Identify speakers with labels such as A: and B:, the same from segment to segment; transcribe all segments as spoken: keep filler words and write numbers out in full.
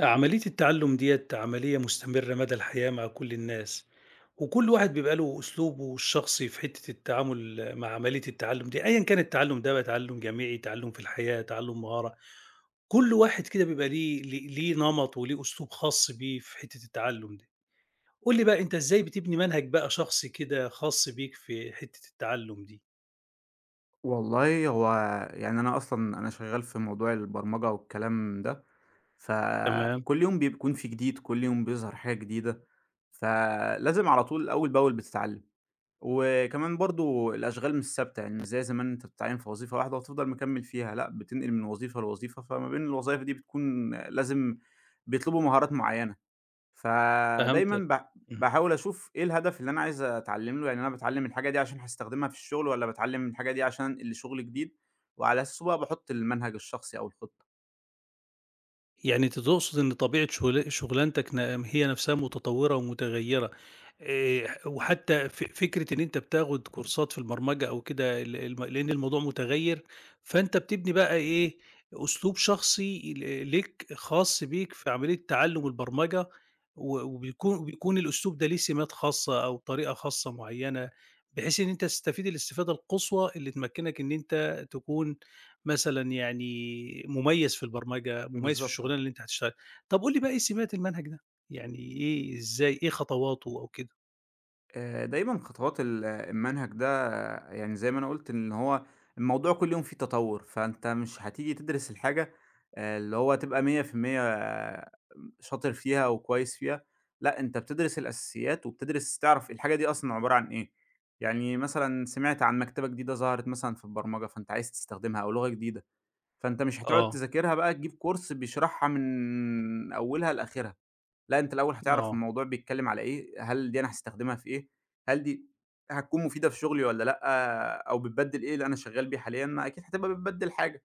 A: عملية التعلم ديّة عملية مستمرة مدى الحياة مع كل الناس، وكل واحد بيبقى له أسلوبه الشخصي في حتّة التعامل مع عملية التعلم دي، أيًا كان التعلم ده بقى تعلم جامعي، تعلم في الحياة، تعلم مهارة، كل واحد كده بيبقى ليه ليه ليه نمط وليه أسلوب خاص بيه في حتّة التعلم دي. قُل لي بقى أنت إزاي بتبني منهج بقى شخصي كده خاص بيك في حتّة التعلم دي؟
B: والله هو يعني أنا أصلًا أنا شغّال في موضوع البرمجة والكلام ده،
A: تمام،
B: فكل يوم بيكون في جديد، كل يوم بيظهر حاجة جديدة، فلازم على طول أول بأول بتتعلّم، وكمان برضه الأشغال مش ثابتة، يعني مش زي زمان أنت بتتعيّن في وظيفة واحدة وتفضل مكمّل فيها، لأ بتنقل من وظيفة لوظيفة، فما بين الوظايف دي بتكون لازم بيطلبوا مهارات معيّنة. فدايمًا
A: فهمتك.
B: باح باحاول أشوف إيه الهدف اللي أنا عايز أتعلّم له، يعني أنا باتعلّم الحاجة دي عشان هاستخدمها في الشغل والّا باتعلّم الحاجة دي عشان أنقل لشغل جديد، وعلى أساسه بقى باحُط المنهج الشخصي أو الخطة.
A: يعني أنت تقصد إن طبيعة شغل شغلانتك ن هي نفسها متطورة ومتغيرة، آآ وحتى ف فكرة إن أنت بتاخد كورسات في البرمجة أو كده ال الم لأن الموضوع متغير، فأنت بتبني بقى إيه، أسلوب شخصي ل ليك خاص بيك في عملية تعلم البرمجة، و وبيكون وبيكون الأسلوب ده ليه سمات خاصة أو طريقة خاصة معينة، بحيث إن أنت تستفيد الاستفادة القصوى اللي تمكنك إن أنت تكون مثلًا يعني مميز في البرمجة، مميز في
B: بالضبط آه.
A: الشغلانة اللي أنت هتشتغلها. طب قُل لي بقى إيه سمات المنهج ده؟ يعني إيه إزاي إيه خطواته أو كده؟
B: آآ دايمًا خطوات ال المنهج ده آه، يعني زي ما أنا قُلت إن هو الموضوع كل يوم فيه تطوُّر، فأنت مش هتيجي تدرس الحاجة آآ اللي هو تبقى مية في المية شاطر فيها أو كويس فيها، لأ أنت بتدرس الأساسيات وبتدرس تعرف الحاجة دي أصلًا عبارة عن إيه. يعني مثلًا سمعت عن مكتبة جديدة ظهرت مثلًا في البرمجة، فأنت عايز تستخدمها أو لغة جديدة، فأنت مش هتقعد
A: آه،
B: تذاكرها بقى تجيب كورس بيشرحها من أولها لآخرها، لأ أنت الأول هتعرف
A: آه.
B: الموضوع بيتكلم على إيه، هل دي أنا هاستخدمها في إيه، هل دي هتكون مفيدة في شغلي والّا لأ، أو بتبدِّل إيه اللي أنا شغال بيه حاليًا، ما أكيد هتبقى بتبدِّل حاجة.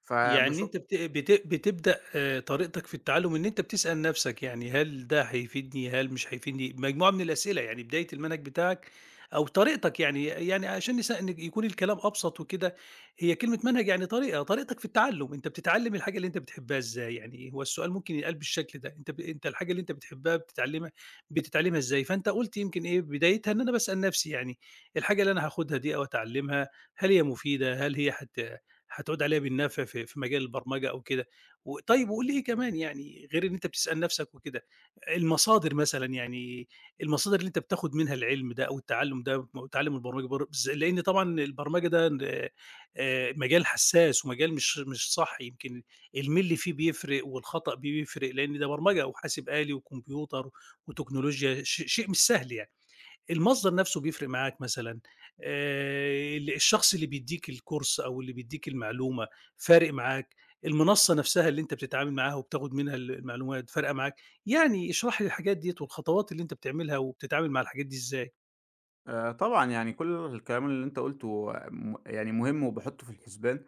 B: فباش
A: يعني أنت بت بت بتبدأ آآ طريقتك في التعلُّم إن أنت بتسأل نَفْسك يعني هل ده هيفيدني، هل مش هيفيدني؟ مجموعة من الأسئلة، يعني بداية المنهج بتاعك أو طريقتك يعني يعني عشان نس إن يكون الكلام أبسط وكده، هي كلمة منهج يعني طريقة، طريقتك في التعلُّم، أنت بتتعلِّم الحاجة اللي أنت بتحبها إزاي؟ يعني هو السؤال ممكن يتقال بالشكل ده، أنت ب أنت الحاجة اللي أنت بتحبها بتتعلِّمها بتتعلِّمها إزاي؟ فأنت قُلت يمكن إيه، بدايتها إن أنا باسأل نَفْسي يعني الحاجة اللي أنا هاخُدها دي أو أتعلِّمها، هل هي مفيدة، هل هي هت هتعود عليها بالنفع في في مجال البرمجة أو كده. وطيب وقُل لي إيه كمان يعني غير إن أنت بتسأل نفسك وكده، المصادر مثلًا يعني المصادر اللي أنت بتاخد منها العلم ده أو التعلُّم ده م تعلُّم البرمجة بر بز لإن طبعًا البرمجة ده ن آآ مجال حساس ومجال مش مش صح يمكن المِلّ فيه بيفرق والخطأ بيفرق، لإن ده برمجة وحاسب آلي وكمبيوتر وتكنولوجيا ش شيء مش سهل يعني. المصدر نفسه بيفرق معاك مثلًا، آآ ال الشخص اللي بيدّيك الcourse أو اللي بيدّيك المعلومة فارق معاك، المنصة نفسها اللي أنت بتتعامل معاها وبتاخد منها ال المعلومات فارقة معاك، يعني اشرح لي الحاجات ديّة والخطوات اللي أنت بتعملها وبتتعامل مع الحاجات دي إزاي،
B: آآ طبعًا، يعني كل الكلام اللي أنت قُلته م يعني مهم وباحطّه في الحسبان،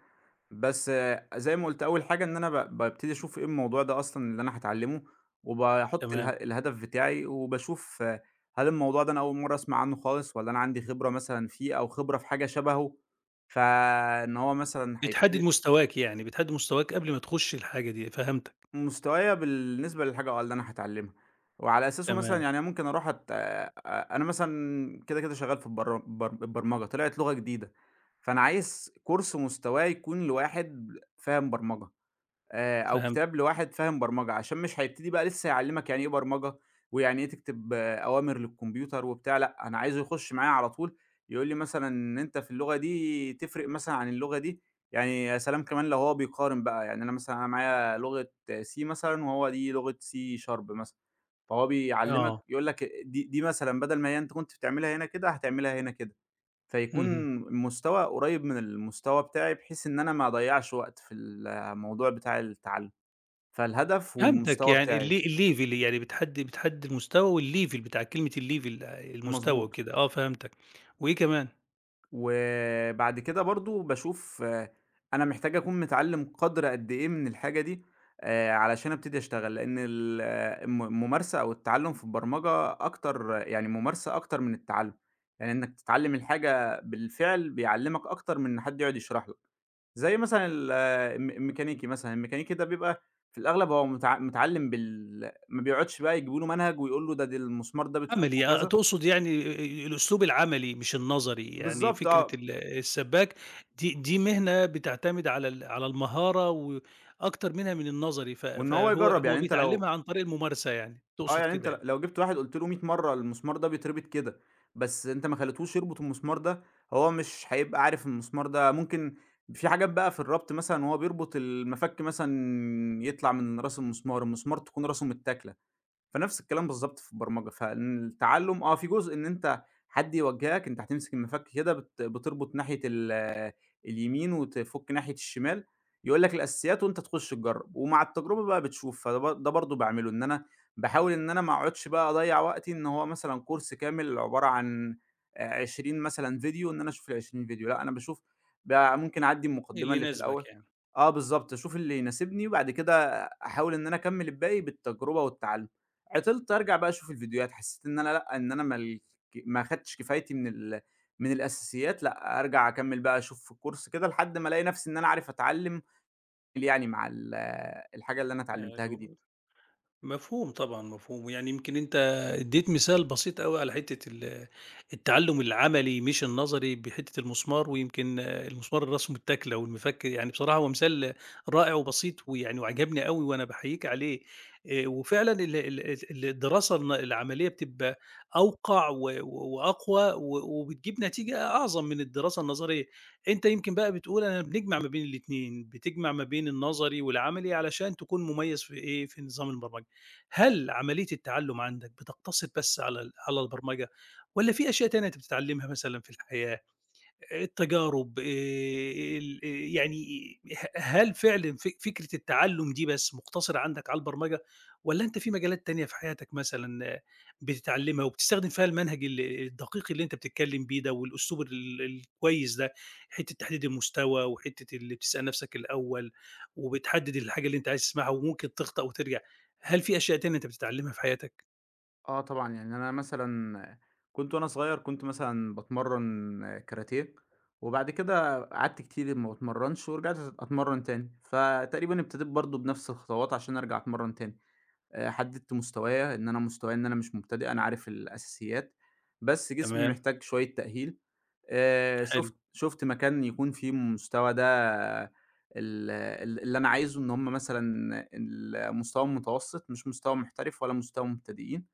B: بس آه، زي ما قُلت أول حاجة إن أنا ب بابتدي أشوف إيه الموضوع ده أصلًا اللي أنا هاتعلّمه، وباحُط اله
A: تمام،
B: الهدف بتاعي وباشوف هل الموضوع ده أنا أول مرّة أسمع عنّه خالص والّا أنا عندي خبرة مثلًا فيه أو خبرة في حاجة شبهه، فإن هو مثلًا
A: بتحدد
B: هيبتدي
A: مستواك يعني، بتحدد مستواك قبل ما تخش الحاجة دي، فهمتك،
B: مستوايا بالنسبة للحاجة آه، اللي أنا هاتعلمها، وعلى أساسه مثلًا
A: تمام،
B: يعني أنا ممكن أروح أت آآ أنا مثلًا كده، كده شغال في البر بر البرمجة، طلعت لغة جديدة، فأنا عايز كورس مستواه يكون لواحد فاهم برمجة. آآ، أو
A: فهمتك،
B: كتاب لواحد فاهم برمجة، عشان مش هيبتدي بقى لسه يعلّمك يعني إيه برمجة، ويعني إيه تكتب آه، أوامر للكمبيوتر وبتاع، لأ، أنا عايزه يخش معايا على طول، يقول لي مثلًا إن أنت في اللغة دي تفرق مثلًا عن اللغة دي، يعني يا سلام كمان لو هو بيقارن بقى، يعني أنا مثلًا أنا معايا لغة C مثلًا وهو دي لغة C sharp مثلًا، فهو بيعلّمك
A: آه،
B: يقول لك دي دي مثلًا بدل ما هي أنت كنت بتعملها هنا كده، هتعملها هنا كده. فيكون
A: اهم،
B: مستوى قريب من المستوى بتاعي، بحيث إن أنا ما أضيّعش وقت في الموضوع بتاع التعلُّم، فالهدف
A: فهمتك
B: والمستوى
A: يعني
B: بتاعي،
A: الل الlevel يعني بتحدد بتحدد المستوى والlevel بتاع كلمة الlevel المستوى
B: مضبوط.
A: وكده، آه فهمتك، وإيه كمان؟
B: وبعد كده برضه باشوف أنا محتاج أكون متعلِّم قدْر قد إيه من الحاجة دي آآ علشان أبتدي أشتغل، لإن ال آه، الم الممارسة أو التعلُّم في البرمجة أكتر يعني ممارسة أكتر من التعلُّم، يعني إنّك تتعلِّم الحاجة بالفعل بيعلِّمك أكتر من إن حد يقعد يشرح لك. زي مثلًا ال الم الميكانيكي مثلًا، الميكانيكي ده بيبقى في الأغلب هو متع متعلّم بال ما بيقعدش بقى يجيبوا له منهج ويقول له ده دي المسمار ده بتفكه
A: عملي، آه،
B: كذا
A: تقصد يعني الأسلوب العملي مش النظري، يعني
B: بالضبط
A: فكرة
B: آه،
A: ال السباك دي دي مهنة بتعتمد على ال على المهارة وأكتر منها من النظري، ف
B: وإن هو
A: فهو
B: يجرّب،
A: هو
B: يعني أنت لو
A: بيتعلمها عن طريق الممارسة يعني،
B: آه،
A: تقصد
B: يعني أنت
A: كده
B: ل
A: يعني،
B: لو جِبت واحد قُلت له 100 مرّة المسمار ده بيتربط كده، بس أنت ما خليتهوش يربط المسمار ده، هو مش هيبقى عارف المسمار ده ممكن في حاجات بقى في الربط مثلًا وهو بيربط المَفَك مثلًا يطلع من راس المسمار، المسمار تكون راسه متاكلة. فنفس الكلام بالضبط في البرمجة، فالتعلُّم آه، في جزء إن أنت حد يوجّهك، أنت هتمسك المفك كده بت بتربط ناحية ال اليمين وتفُك ناحية الشمال، يقول لك الأساسيات وأنت تخُش تجرّب، ومع التجربة بقى بتشوف، فده ب ده برضه باعمله، إن أنا باحاول إن أنا ما أقعُدش بقى أضيّع وقتي إن هو مثلًا كورس كامل عبارة عن آآ عشرين فيديو مثلًا فيديو إن أنا أشوف العشرين فيديو، لأ، أنا باشوف ب ممكن أعدّي المقدمة
A: اللي
B: اللي في
A: يناسبك
B: الأول
A: يعني،
B: آه بالضبط، أشوف اللي يناسبني وبعد كده أحاول إن أنا أكمّل الباقي بالتجربة والتعلُّم. عطلت أرجع بقى أشوف الفيديوهات، حسيت إن أنا لأ، إن أنا مل ما خدتش كفايتي من ال من الأساسيات، لأ، أرجع أكمّل بقى أشوف في الكورس كده لحد ما ألاقي نفسي إن أنا عارف أتعلّم يعني مع ال الحاجة اللي أنا اتعلّمتها
A: حلو.
B: جديد.
A: مفهوم طبعًا، مفهوم، ويعني يمكن أنت ادّيت مثال بسيط أوي على حتّة ال التعلُّم العملي مش النظري بحتّة المسمار، ويمكن آه، المسمار الرسم التَّكلة والمفك، يعني بصراحة هو مثال رائع وبسيط ويعني وعجبني أوي وأنا باحييك عليه، آآ وفعلًا ال ال ال الدراسة الن العملية بتبقى أوقع و و وأقوى و وبتجيب نتيجة أعظم من الدراسة النظرية، أنت يمكن بقى بتقول أنا بنجمع ما بين الاتنين، بتجمع ما بين النظري والعملي علشان تكون مميّز في إيه، في نظام البرمجة. هل عملية التعلم عندك بتقتصر بس على ال على البرمجة والّا في أشياء تانية أنت بتتعلمها مثلًا في الحياة؟ التجارب آآ ال آآ يعني ه هل فعلًا ف فكرة التعلُّم دي بس مقتصرة عندك على البرمجة والّا أنت في مجالات تانية في حياتك مثلًا آه، بتتعلّمها وبتستخدم فيها المنهج ال الدقيق اللي أنت بتتكلّم بيه ده والأسلوب ال الكويس ده، حتّة تحديد المستوى وحتّة اللي بتسأل نَفْسك الأول وبتحدّد الحاجة اللي أنت عايز تسمعها وممكن تخطأ وترجع، هل في أشياء تانية أنت بتتعلّمها في حياتك؟
B: آه طبعًا، يعني أنا مثلًا كنت وأنا صغير كنت مثلًا باتمرّن كاراتيه، وبعد كده قعدت كتير ما باتمرّنش ورجعت أتمرّن تاني، فتقريبًا ابتديت برضه بنفس الخطوات عشان أرجع أتمرّن تاني. آآ حددت مستوايا، إن أنا مستوايا إن أنا مش مبتدئ، أنا عارف الأساسيات، بس جسمي
A: تمام،
B: محتاج شوية تأهيل. آآ
A: حلو،
B: شُفت شُفت مكان يكون فيه المستوى ده ال ال اللي أنا عايزه، إن هم مثلًا المستوى المتوسط، مش مستوى محترف ولا مستوى مبتدئين.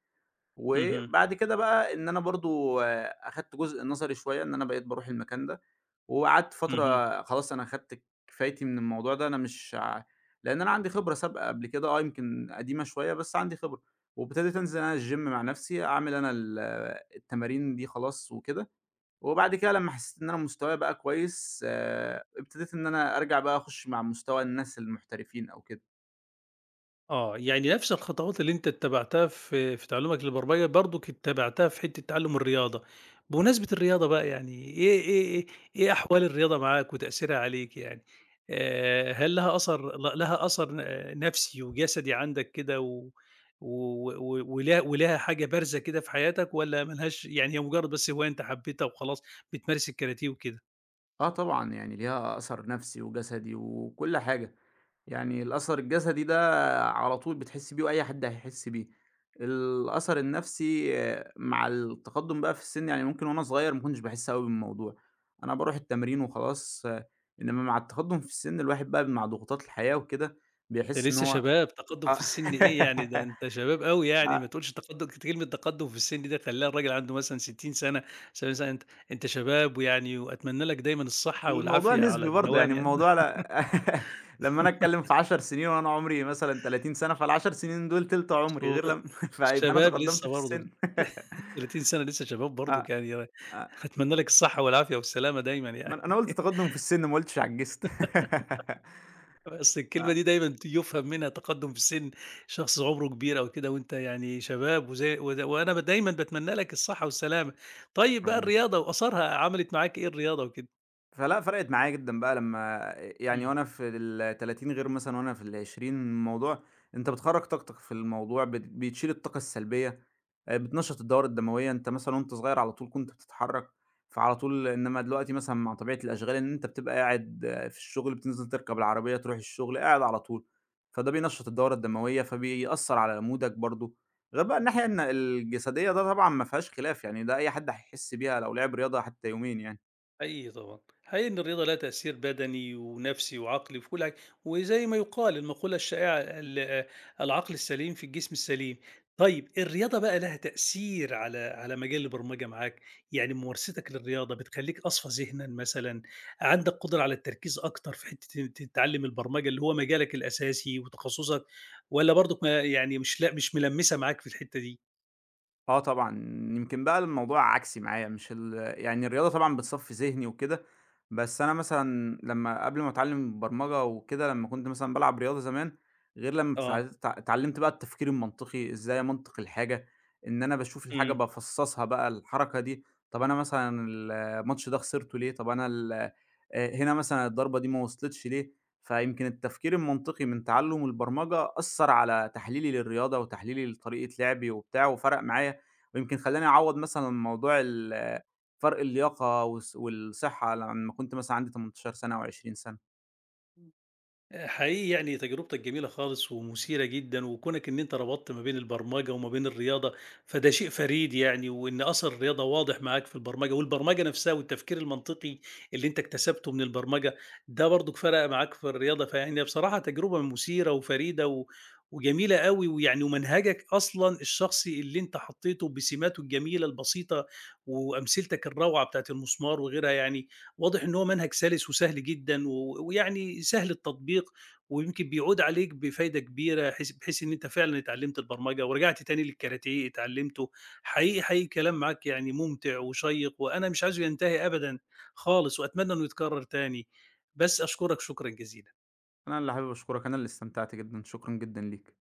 A: اهم،
B: وبعد كده بقى إن أنا برضه أخدت جزء نظري شوية، إن أنا بقيت باروح المكان ده، وقعدت
A: اهم.
B: فترة خلاص أنا أخدت كفايتي من الموضوع ده، أنا مش ع لإن أنا عندي خبرة سابقة قبل كده آه، يمكن قديمة شوية بس عندي خبرة، وابتديت أنزل أنا الgym مع نفسي، أعمل أنا ال التمارين دي خلاص وكده، وبعد كده لمّا حسيت إن أنا مستوايا بقى كويس آآ، ابتديت إن أنا أرجع بقى أخش مع مستوى الناس المحترفين أو كده.
A: آه، يعني نفس الخطوات اللي أنت اتّبعتها في في تعلُّمك للبرمجة برضُك اتّبعتها في حتّة تعلُّم الرياضة، بمناسبة الرياضة بقى يعني إيه إيه إيه إيه أحوال الرياضة معاك وتأثيرها عليك يعني؟ آآ هل لها أثر ل لها أثر ن نَفْسي وجسدي عندك كده و و و ولا ولها حاجة بارزة كده في حياتك والّا ما لهاش يعني هي مجرّد بس هواية أنت حبّيتها وخلاص بتمارس الكاراتيه وكده؟
B: آه طبعًا، يعني ليها أثر نفسي وجسدي وكل حاجة، يعني الأثر الجسدي ده على طول بتحسّي بيه وأي حد هيحس بيه، الأثر النفسي آه، مع التقدُّم بقى في السِن، يعني ممكن وأنا صغير ما كنتش باحس أوي بالموضوع، أنا باروح التمرين وخلاص، آه، إنّما مع التقدُّم في السِن الواحد بقى مع ضغوطات الحياة وكده
A: ده
B: بيحس إن
A: لسه
B: هو
A: شباب، تقدُّم في
B: آه
A: السِن إيه يعني، ده أنت شباب أوي يعني، ما تقولش تقدُّم كلمة تقدُّم في السِن دي خلّيها الراجل عنده مثلًا ستين سَنة، سبعين سَنة، أنت أنت شباب ويعني وأتمنى لك دايمًا الصحة
B: الموضوع
A: والعافية على
B: نسبي برضه، يعني
A: الدوام يعني.
B: الموضوع لا لمّا أنا أتكلّم في 10 سنين وأنا عُمري مثلًا 30 سَنة، فالعشر سنين دول تِلت عُمري،
A: سو
B: غير
A: أ
B: لمّا فيبقى أنا
A: شباب
B: تقدّمت
A: لسه
B: في
A: برضُك
B: السِن.
A: ثلاثين سَنة لسه شباب
B: آه،
A: برضُك يعني
B: آه،
A: أتمنى لك الصحة والعافية والسلامة دايمًا
B: ما أنا
A: يعني.
B: أنا قُلت تقدُّم في السِن، ما قُلتش عجّزت.
A: أصل الكلمة دي دايمًا ت يُفهم منها تقدُّم في السِن، شخص عُمره كبير أو كده وأنت يعني شباب وزي ود وأنا ب دايمًا باتمنّى لك الصحة والسلامة. طيب بقى
B: ربنا
A: الرياضة وآثارها عملت معاك إيه الرياضة وكده؟
B: فلأ، فرقِت معايا جدًا بقى لمّا يعني
A: إمم.
B: وأنا في التلاتين غير مثلًا وأنا في العشرين الموضوع أنت بتخرّج طاقتك في الموضوع، بت بتشيل الطاقة السلبية، آآ، بتنشّط الدورة الدموية، أنت مثلًا وأنت صغير على طول كنت بتتحرك، فعلى طول إنما دلوقتي مثلًا مع طبيعة الأشغال إن أنت بتبقى قاعد آه، في الشغل، بتنزل تركب العربية تروح الشغل، قاعد على طول، فده بينشّط الدورة الدموية، فبيأثّر على مودك برضه، غير بقى الناحية إن الجسدية ده طبعًا ما فيهاش خلاف يعني ده أي حد هيحس بيها لو لعب رياضة حتى يومين يعني.
A: حقيقي طبعًا. حقيقي إن الرياضة لها تأثير بدني ونفسي وعقلي وفي كل حاجة، وزي ما يُقال المقولة الشائعة ال آه، العقل السليم في الجسم السليم. طيب الرياضة بقى لها تأثير على على مجال البرمجة معاك، يعني ممارستك للرياضة بتخلّيك أصفى ذهنًا مثلًا، عندك قدرة على التركيز أكتر في حتة إن ت تتعلم البرمجة اللي هو مجالك الأساسي وتخصصك، والّا برضك ما يعني مش لا مش ملمّسة معاك في الحتة دي؟
B: آه طبعًا، يمكن بقى الموضوع عكسي معايا مش ال يعني الرياضة طبعًا بتصفّي ذهني وكده، بس أنا مثلًا لمّا قبل ما أتعلّم برمجة وكده لمّا كنت مثلًا بالعب رياضة زمان، غير لمّا اتع
A: آه.
B: ت اتعلّمت بقى التفكير المنطقي، إزاي أمنطق الحاجة، إن أنا باشوف الحاجة
A: إمم.
B: بافصّصها بقى الحركة دي، طَب أنا مثلًا الماتش ده خسرته ليه، طَب أنا ال آآ هنا مثلًا الضربة دي ما وصلتش ليه، فيمكن التفكير المنطقي من تعلُّم البرمجة أثّر على تحليلي للرياضة وتحليلي لطريقة لعبي وبتاع وفرق معايا ويمكن خلّاني أعوّض مثلًا موضوع ال فرق اللياقة والص والصحة لمّا كنت مثلًا عندي 18 سنة أو 20 سنة.
A: آه، حقيقي يعني تجربتك جميلة خالص ومثيرة جدًا، وكونك إن أنت ربطت ما بين البرمجة وما بين الرياضة، فده شيء فريد يعني، وإن أثر الرياضة واضح معاك في البرمجة، والبرمجة نفسها والتفكير المنطقي اللي أنت اكتسبته من البرمجة، ده برضك فرق معاك في الرياضة، فيعني بصراحة تجربة مثيرة وفريدة و وجميلة أوي، ويعني ومنهجك أصلًا الشخصي اللي أنت حطيته بسماته الجميلة البسيطة وأمثلتك الروعة بتاعة المسمار وغيرها يعني واضح إن هو منهج سَلِس وسهل جدًا و ويعني سهل التطبيق، ويمكن بيعود عليك بفايدة كبيرة حيث بحيث إن أنت فعلًا اتعلمت البرمجة ورجعت تاني للكاراتيه اتعلمته. حقيقي، حقيقي الكلام معاك يعني ممتع وشيّق، وأنا مش عايزه ينتهي أبدًا خالص، وأتمنى إنه يتكرر تاني. بس أشكرك شكرًا جزيلًا.
B: أنا اللي حابب أشكرك، أنا اللي استمتعت جدًا، شكرًا جدًا ليك.